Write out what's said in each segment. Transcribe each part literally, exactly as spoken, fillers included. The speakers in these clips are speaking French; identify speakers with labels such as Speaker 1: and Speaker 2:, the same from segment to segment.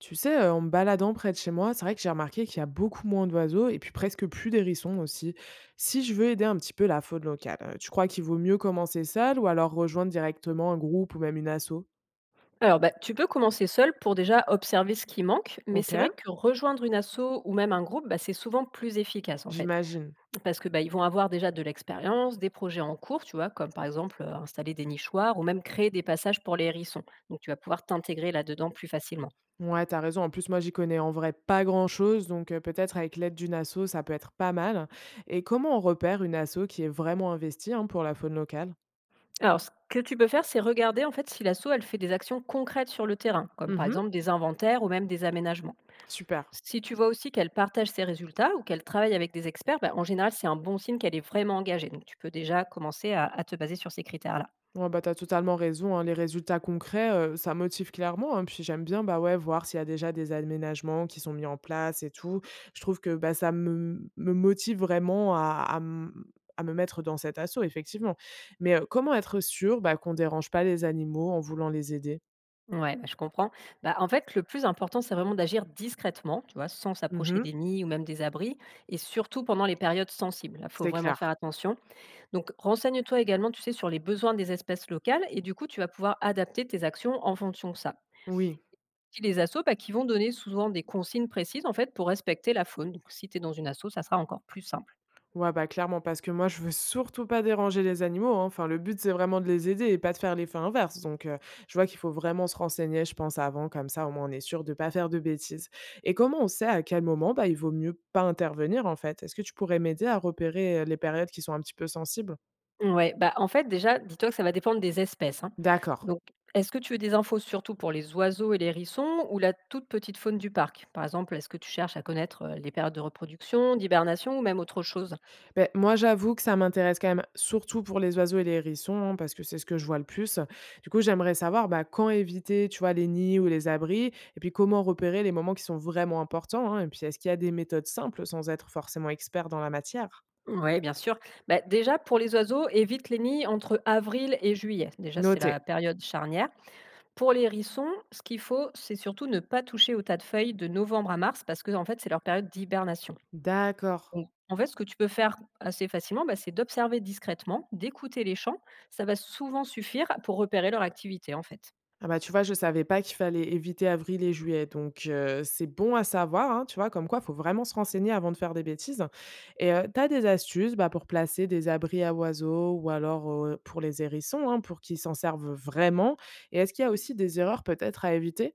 Speaker 1: Tu sais, heu, en me baladant près de chez moi, c'est vrai que j'ai remarqué qu'il y a beaucoup moins d'oiseaux et puis presque plus d'hérissons aussi. Si je veux aider un petit peu la faune locale, heu, tu crois qu'il vaut mieux commencer seul ou alors rejoindre directement un groupe ou même une asso?
Speaker 2: Alors, bah, tu peux commencer seul pour déjà observer ce qui manque, mais
Speaker 1: OK,
Speaker 2: c'est vrai que rejoindre une asso ou même un groupe, bah, c'est souvent plus efficace en fait,
Speaker 1: j'imagine.
Speaker 2: parce que bah, ils vont avoir déjà de l'expérience, des projets en cours, tu vois, comme par exemple euh, installer des nichoirs ou même créer des passages pour les hérissons. Donc, tu vas pouvoir t'intégrer là-dedans plus facilement.
Speaker 1: Ouais, t'as raison. En plus, moi, j'y connais en vrai pas grand-chose, donc heu, peut-être avec l'aide d'une asso, ça peut être pas mal. Et comment on repère une asso qui est vraiment investie, hein, pour la faune locale?
Speaker 2: Alors, ce que tu peux faire, c'est regarder en fait si l'asso elle fait des actions concrètes sur le terrain, comme par
Speaker 1: Mmh,
Speaker 2: exemple des inventaires ou même des aménagements.
Speaker 1: super.
Speaker 2: Si tu vois aussi qu'elle partage ses résultats ou qu'elle travaille avec des experts, bah, en général, c'est un bon signe qu'elle est vraiment engagée. Donc, tu peux déjà commencer à, à te baser sur ces critères-là.
Speaker 1: Ouais, bah, t'as totalement raison, hein. Les résultats concrets, heu, ça motive clairement, hein. Puis j'aime bien, bah, ouais, voir s'il y a déjà des aménagements qui sont mis en place et tout. Je trouve que, bah, ça me me motive vraiment à à m à me mettre dans cet assaut, effectivement. Mais, heu, comment être sûr, bah, qu'on dérange pas les animaux en voulant les aider?
Speaker 2: Ouais, bah, je comprends. Bah, en fait, le plus important, c'est vraiment d'agir discrètement, tu vois, sans s'approcher
Speaker 1: Mmh.
Speaker 2: des nids ou même des abris, et surtout pendant les périodes sensibles. Il faut
Speaker 1: C'est
Speaker 2: vraiment faire
Speaker 1: clair.
Speaker 2: attention. Donc, renseigne-toi également, tu sais, sur les besoins des espèces locales et du coup, tu vas pouvoir adapter tes actions en fonction de ça.
Speaker 1: Oui.
Speaker 2: Puis les assos, bah, qui vont donner souvent des consignes précises en fait pour respecter la faune. Donc, si tu es dans une asso, ça sera encore plus simple.
Speaker 1: Ouais, bah, clairement, parce que moi, je veux surtout pas déranger les animaux, hein. Enfin, le but, c'est vraiment de les aider et pas de faire l'effet inverse. Donc, heu, je vois qu'il faut vraiment se renseigner, je pense, avant, comme ça, au moins, on est sûr de pas faire de bêtises. Et comment on sait à quel moment, bah, il vaut mieux pas intervenir, en fait? Est-ce que tu pourrais m'aider à repérer, heu, les périodes qui sont un petit peu sensibles?
Speaker 2: Ouais, bah, en fait, déjà, dis-toi que ça va dépendre des espèces, hein.
Speaker 1: D'accord.
Speaker 2: Donc, est-ce que tu veux des infos surtout pour les oiseaux et les hérissons ou la toute petite faune du parc? Par exemple, est-ce que tu cherches à connaître euh, les périodes de reproduction, d'hibernation ou même autre chose?
Speaker 1: Beh, moi, j'avoue que ça m'intéresse quand même, surtout pour les oiseaux et les hérissons, hein, parce que c'est ce que je vois le plus. Du coup, j'aimerais savoir bah, quand éviter, tu vois, les nids ou les abris, et puis comment repérer les moments qui sont vraiment importants, hein, et puis, est-ce qu'il y a des méthodes simples sans être forcément expert dans la matière.
Speaker 2: Oui, bien sûr. Bah, déjà, pour les oiseaux, évite les nids entre avril et juillet. Déjà, c'est la
Speaker 1: Noté.
Speaker 2: période charnière. Pour les hérissons, ce qu'il faut, c'est surtout ne pas toucher au tas de feuilles de novembre à mars parce que, en fait, c'est leur période d'hibernation.
Speaker 1: D'accord.
Speaker 2: Donc, en fait, ce que tu peux faire assez facilement, bah, c'est d'observer discrètement, d'écouter les chants. Ça va souvent suffire pour repérer leur activité, en fait.
Speaker 1: Ah bah, tu vois, je savais pas qu'il fallait éviter avril et juillet, donc heu, c'est bon à savoir, hein, tu vois? Comme quoi, il faut vraiment se renseigner avant de faire des bêtises et heu, tu as des astuces, bah, pour placer des abris à oiseaux ou alors, heu, pour les hérissons, hein, pour qu'ils s'en servent vraiment? Et est-ce qu'il y a aussi des erreurs peut-être à éviter?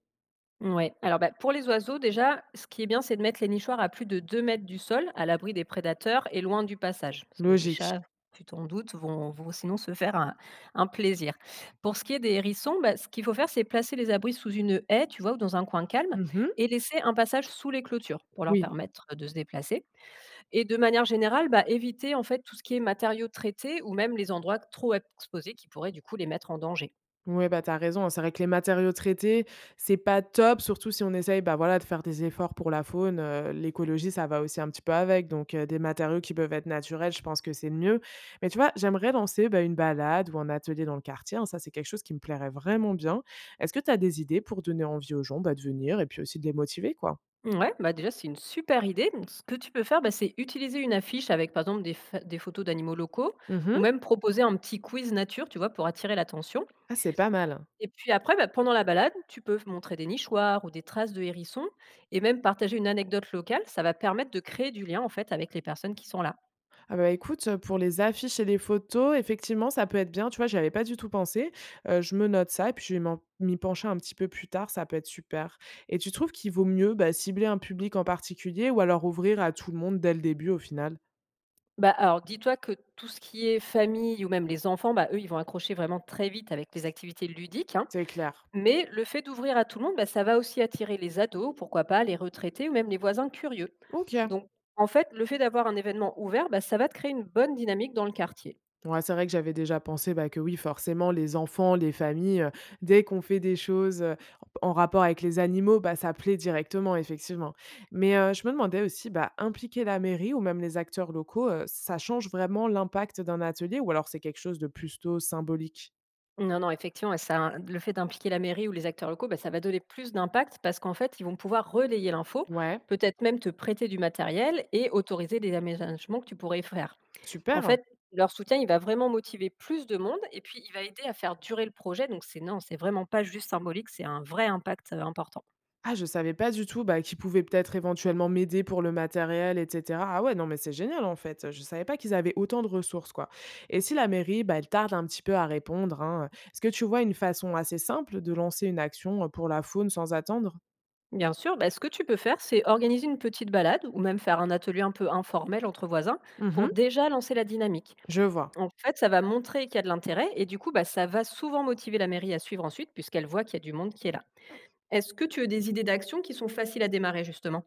Speaker 2: Ouais, alors bah, pour les oiseaux, déjà, ce qui est bien, c'est de mettre les nichoirs à plus de deux mètres du sol, à l'abri des prédateurs et loin du passage. Parce que les
Speaker 1: Logique.
Speaker 2: chats, tu t'en doutes, vont, vont sinon se faire un, un plaisir. Pour ce qui est des hérissons, bah, ce qu'il faut faire, c'est placer les abris sous une haie, tu vois, ou dans un coin calme,
Speaker 1: Mmh.
Speaker 2: et laisser un passage sous les clôtures pour leur
Speaker 1: Oui.
Speaker 2: permettre de se déplacer. Et de manière générale, bah, éviter en fait tout ce qui est matériaux traités ou même les endroits trop exposés qui pourraient du coup les mettre en danger.
Speaker 1: Ouais, bah, t'as raison, hein. C'est vrai que les matériaux traités, c'est pas top, surtout si on essaye, bah, voilà, de faire des efforts pour la faune, heu, l'écologie, ça va aussi un petit peu avec, donc heu, des matériaux qui peuvent être naturels, je pense que c'est le mieux. Mais tu vois, j'aimerais lancer, bah, une balade ou un atelier dans le quartier, hein, ça, c'est quelque chose qui me plairait vraiment bien. Est-ce que t'as des idées pour donner envie aux gens, bah, de venir et puis aussi de les motiver, quoi?
Speaker 2: Ouais, bah, déjà, c'est une super idée. Donc, ce que tu peux faire, bah, c'est utiliser une affiche avec, par exemple, des, fa- des photos d'animaux locaux ou
Speaker 1: Mmh.
Speaker 2: même proposer un petit quiz nature, tu vois, pour attirer l'attention.
Speaker 1: Ah, c'est pas mal.
Speaker 2: Et puis après, bah, pendant la balade, tu peux montrer des nichoirs ou des traces de hérissons et même partager une anecdote locale. Ça va permettre de créer du lien, en fait, avec les personnes qui sont là.
Speaker 1: Ah bah, écoute, heu, pour les affiches et les photos, effectivement, ça peut être bien, tu vois? J'y avais pas du tout pensé. Heu, je me note ça et puis je vais m'en m'y pencher un petit peu plus tard, ça peut être super. Et tu trouves qu'il vaut mieux, bah, cibler un public en particulier ou alors ouvrir à tout le monde dès le début au final?
Speaker 2: Bah, alors dis-toi que tout ce qui est famille ou même les enfants, bah, eux, ils vont accrocher vraiment très vite avec les activités ludiques, hein.
Speaker 1: C'est clair.
Speaker 2: Mais le fait d'ouvrir à tout le monde, bah, ça va aussi attirer les ados, pourquoi pas les retraités ou même les voisins curieux.
Speaker 1: OK.
Speaker 2: Donc, en fait, le fait d'avoir un événement ouvert, bah, ça va te créer une bonne dynamique dans le quartier.
Speaker 1: Ouais, c'est vrai que j'avais déjà pensé, bah, que oui, forcément, les enfants, les familles, heu, dès qu'on fait des choses, heu, en rapport avec les animaux, bah, ça plaît directement, effectivement. Mais, heu, je me demandais aussi, bah, impliquer la mairie ou même les acteurs locaux, heu, ça change vraiment l'impact d'un atelier ou alors c'est quelque chose de plutôt symbolique?
Speaker 2: Non, non, effectivement, et ça le fait d'impliquer la mairie ou les acteurs locaux, bah, ça va donner plus d'impact parce qu'en fait, ils vont pouvoir relayer l'info,
Speaker 1: Ouais,
Speaker 2: peut-être même te prêter du matériel et autoriser des aménagements que tu pourrais faire. En
Speaker 1: super!
Speaker 2: fait, leur soutien, il va vraiment motiver plus de monde et puis il va aider à faire durer le projet. Donc, c'est non, c'est vraiment pas juste symbolique, c'est un vrai impact euh, important.
Speaker 1: Ah, je savais pas du tout, bah, qu'ils pouvaient peut-être éventuellement m'aider pour le matériel et cetera. Ah ouais, non, mais c'est génial en fait. Je savais pas qu'ils avaient autant de ressources, quoi. Et si la mairie, bah, elle tarde un petit peu à répondre, hein, est-ce que tu vois une façon assez simple de lancer une action euh, pour la faune sans attendre?
Speaker 2: Bien sûr, bah, ce que tu peux faire, c'est organiser une petite balade ou même faire un atelier un peu informel entre voisins pour
Speaker 1: Mhm,
Speaker 2: déjà lancer la dynamique.
Speaker 1: je vois.
Speaker 2: En fait, ça va montrer qu'il y a de l'intérêt et du coup, bah, ça va souvent motiver la mairie à suivre ensuite puisqu'elle voit qu'il y a du monde qui est là. Est-ce que tu as des idées d'actions qui sont faciles à démarrer justement?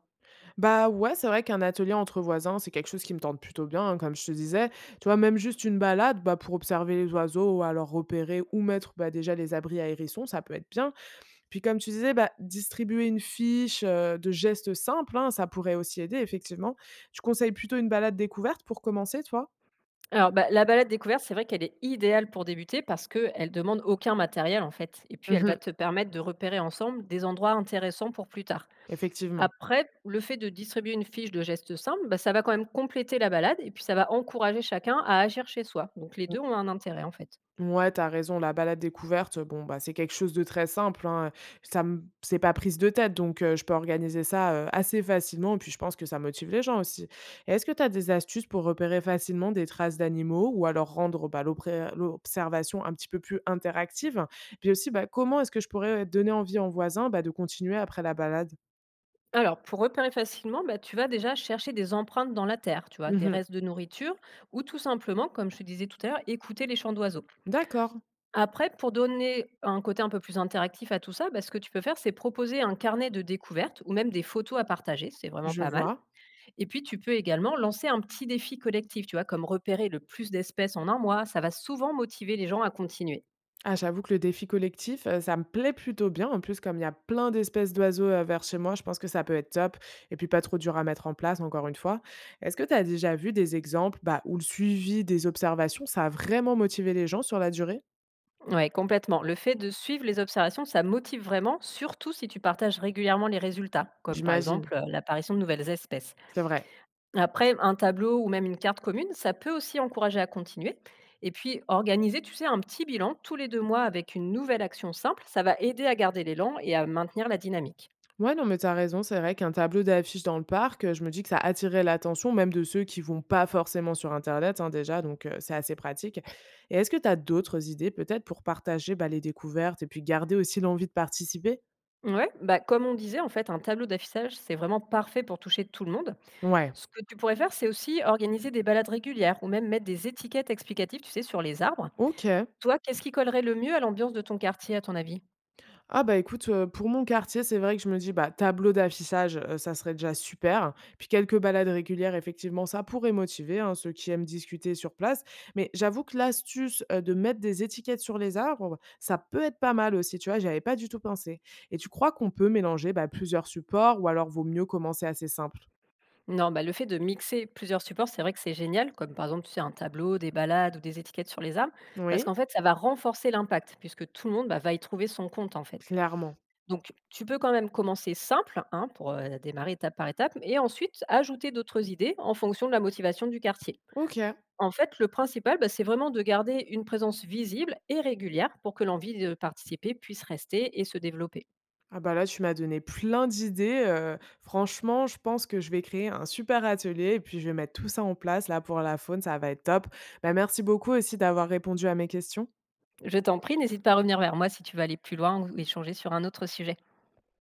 Speaker 1: Bah ouais, c'est vrai qu'un atelier entre voisins, c'est quelque chose qui me tente plutôt bien, hein, comme je te disais. Tu vois, même juste une balade, bah, pour observer les oiseaux ou alors repérer où mettre bah, déjà les abris à hérissons, ça peut être bien. Puis comme tu disais, bah, distribuer une fiche, heu, de gestes simples, hein, ça pourrait aussi aider effectivement. Tu conseilles plutôt une balade découverte pour commencer, toi?
Speaker 2: Alors, bah, la balade découverte, c'est vrai qu'elle est idéale pour débuter parce qu'elle demande aucun matériel en fait. Et puis, elle va
Speaker 1: Mmh.
Speaker 2: te permettre de repérer ensemble des endroits intéressants pour plus tard.
Speaker 1: Effectivement.
Speaker 2: Après, le fait de distribuer une fiche de gestes simples, bah, ça va quand même compléter la balade et puis ça va encourager chacun à agir chez soi. Donc, les deux ont un intérêt en fait.
Speaker 1: Ouais, t'as raison, la balade découverte, bon, bah, c'est quelque chose de très simple, hein, ça me c'est pas prise de tête, donc heu, je peux organiser ça, heu, assez facilement et puis je pense que ça motive les gens aussi. Et est-ce que t'as des astuces pour repérer facilement des traces d'animaux ou alors rendre, bah, l'opré l'observation un petit peu plus interactive? Puis aussi, bah, comment est-ce que je pourrais, donner envie en voisin, bah, de continuer après la balade?
Speaker 2: Alors, pour repérer facilement, bah, tu vas déjà chercher des empreintes dans la terre, tu vois, des
Speaker 1: Mmh.
Speaker 2: restes de nourriture, ou tout simplement, comme je te disais tout à l'heure, écouter les chants d'oiseaux.
Speaker 1: D'accord,
Speaker 2: Après, pour donner un côté un peu plus interactif à tout ça, bah, ce que tu peux faire, c'est proposer un carnet de découvertes ou même des photos à partager, c'est vraiment
Speaker 1: je
Speaker 2: pas mal.
Speaker 1: vois.
Speaker 2: Et puis, tu peux également lancer un petit défi collectif, tu vois, comme repérer le plus d'espèces en un mois, ça va souvent motiver les gens à continuer.
Speaker 1: Ah, j'avoue que le défi collectif, heu, ça me plaît plutôt bien. En plus, comme il y a plein d'espèces d'oiseaux, heu, vers chez moi, je pense que ça peut être top et puis pas trop dur à mettre en place, encore une fois. Est-ce que tu as déjà vu des exemples, bah, où le suivi des observations, ça a vraiment motivé les gens sur la durée?
Speaker 2: Ouais, complètement. Le fait de suivre les observations, ça motive vraiment, surtout si tu partages régulièrement les résultats, comme par
Speaker 1: J'imagine,
Speaker 2: exemple euh, l'apparition de nouvelles espèces.
Speaker 1: c'est vrai.
Speaker 2: Après, un tableau ou même une carte commune, ça peut aussi encourager à continuer. Et puis, organiser, tu sais, un petit bilan tous les deux mois avec une nouvelle action simple, ça va aider à garder l'élan et à maintenir la dynamique.
Speaker 1: Ouais, non, mais t'as raison, c'est vrai qu'un tableau d'affiches dans le parc, heu, je me dis que ça attirait l'attention même de ceux qui vont pas forcément sur internet, hein, déjà, donc heu, c'est assez pratique et est-ce que t'as d'autres idées peut-être pour partager, bah, les découvertes et puis garder aussi l'envie de participer?
Speaker 2: Ouais, bah comme on disait, en fait, un tableau d'affichage, c'est vraiment parfait pour toucher tout le monde.
Speaker 1: Ouais,
Speaker 2: Ce que tu pourrais faire, c'est aussi organiser des balades régulières ou même mettre des étiquettes explicatives, tu sais, sur les arbres.
Speaker 1: OK.
Speaker 2: Toi, qu'est-ce qui collerait le mieux à l'ambiance de ton quartier, à ton avis?
Speaker 1: Ah bah, écoute, heu, pour mon quartier, c'est vrai que je me dis, bah, tableau d'affichage, heu, ça serait déjà super. Puis quelques balades régulières, effectivement, ça pourrait motiver, hein, ceux qui aiment discuter sur place. Mais j'avoue que l'astuce, heu, de mettre des étiquettes sur les arbres, ça peut être pas mal aussi, tu vois? J'y avais pas du tout pensé. Et tu crois qu'on peut mélanger, bah, plusieurs supports ou alors vaut mieux commencer assez simple?
Speaker 2: Non, bah, le fait de mixer plusieurs supports, c'est vrai que c'est génial, comme par exemple, tu sais, un tableau, des balades ou des étiquettes sur les arbres, parce
Speaker 1: Oui,
Speaker 2: qu'en fait, ça va renforcer l'impact, puisque tout le monde bah, va y trouver son compte, en fait.
Speaker 1: clairement.
Speaker 2: Donc, tu peux quand même commencer simple, hein, pour euh, démarrer étape par étape, et ensuite ajouter d'autres idées en fonction de la motivation du quartier.
Speaker 1: OK.
Speaker 2: En fait, le principal, bah, c'est vraiment de garder une présence visible et régulière pour que l'envie de participer puisse rester et se développer.
Speaker 1: Ah bah là, tu m'as donné plein d'idées. Heu, franchement, je pense que je vais créer un super atelier et puis je vais mettre tout ça en place là pour la faune, ça va être top. Bah, merci beaucoup aussi d'avoir répondu à mes questions.
Speaker 2: Je t'en prie, n'hésite pas à revenir vers moi si tu veux aller plus loin ou échanger sur un autre sujet.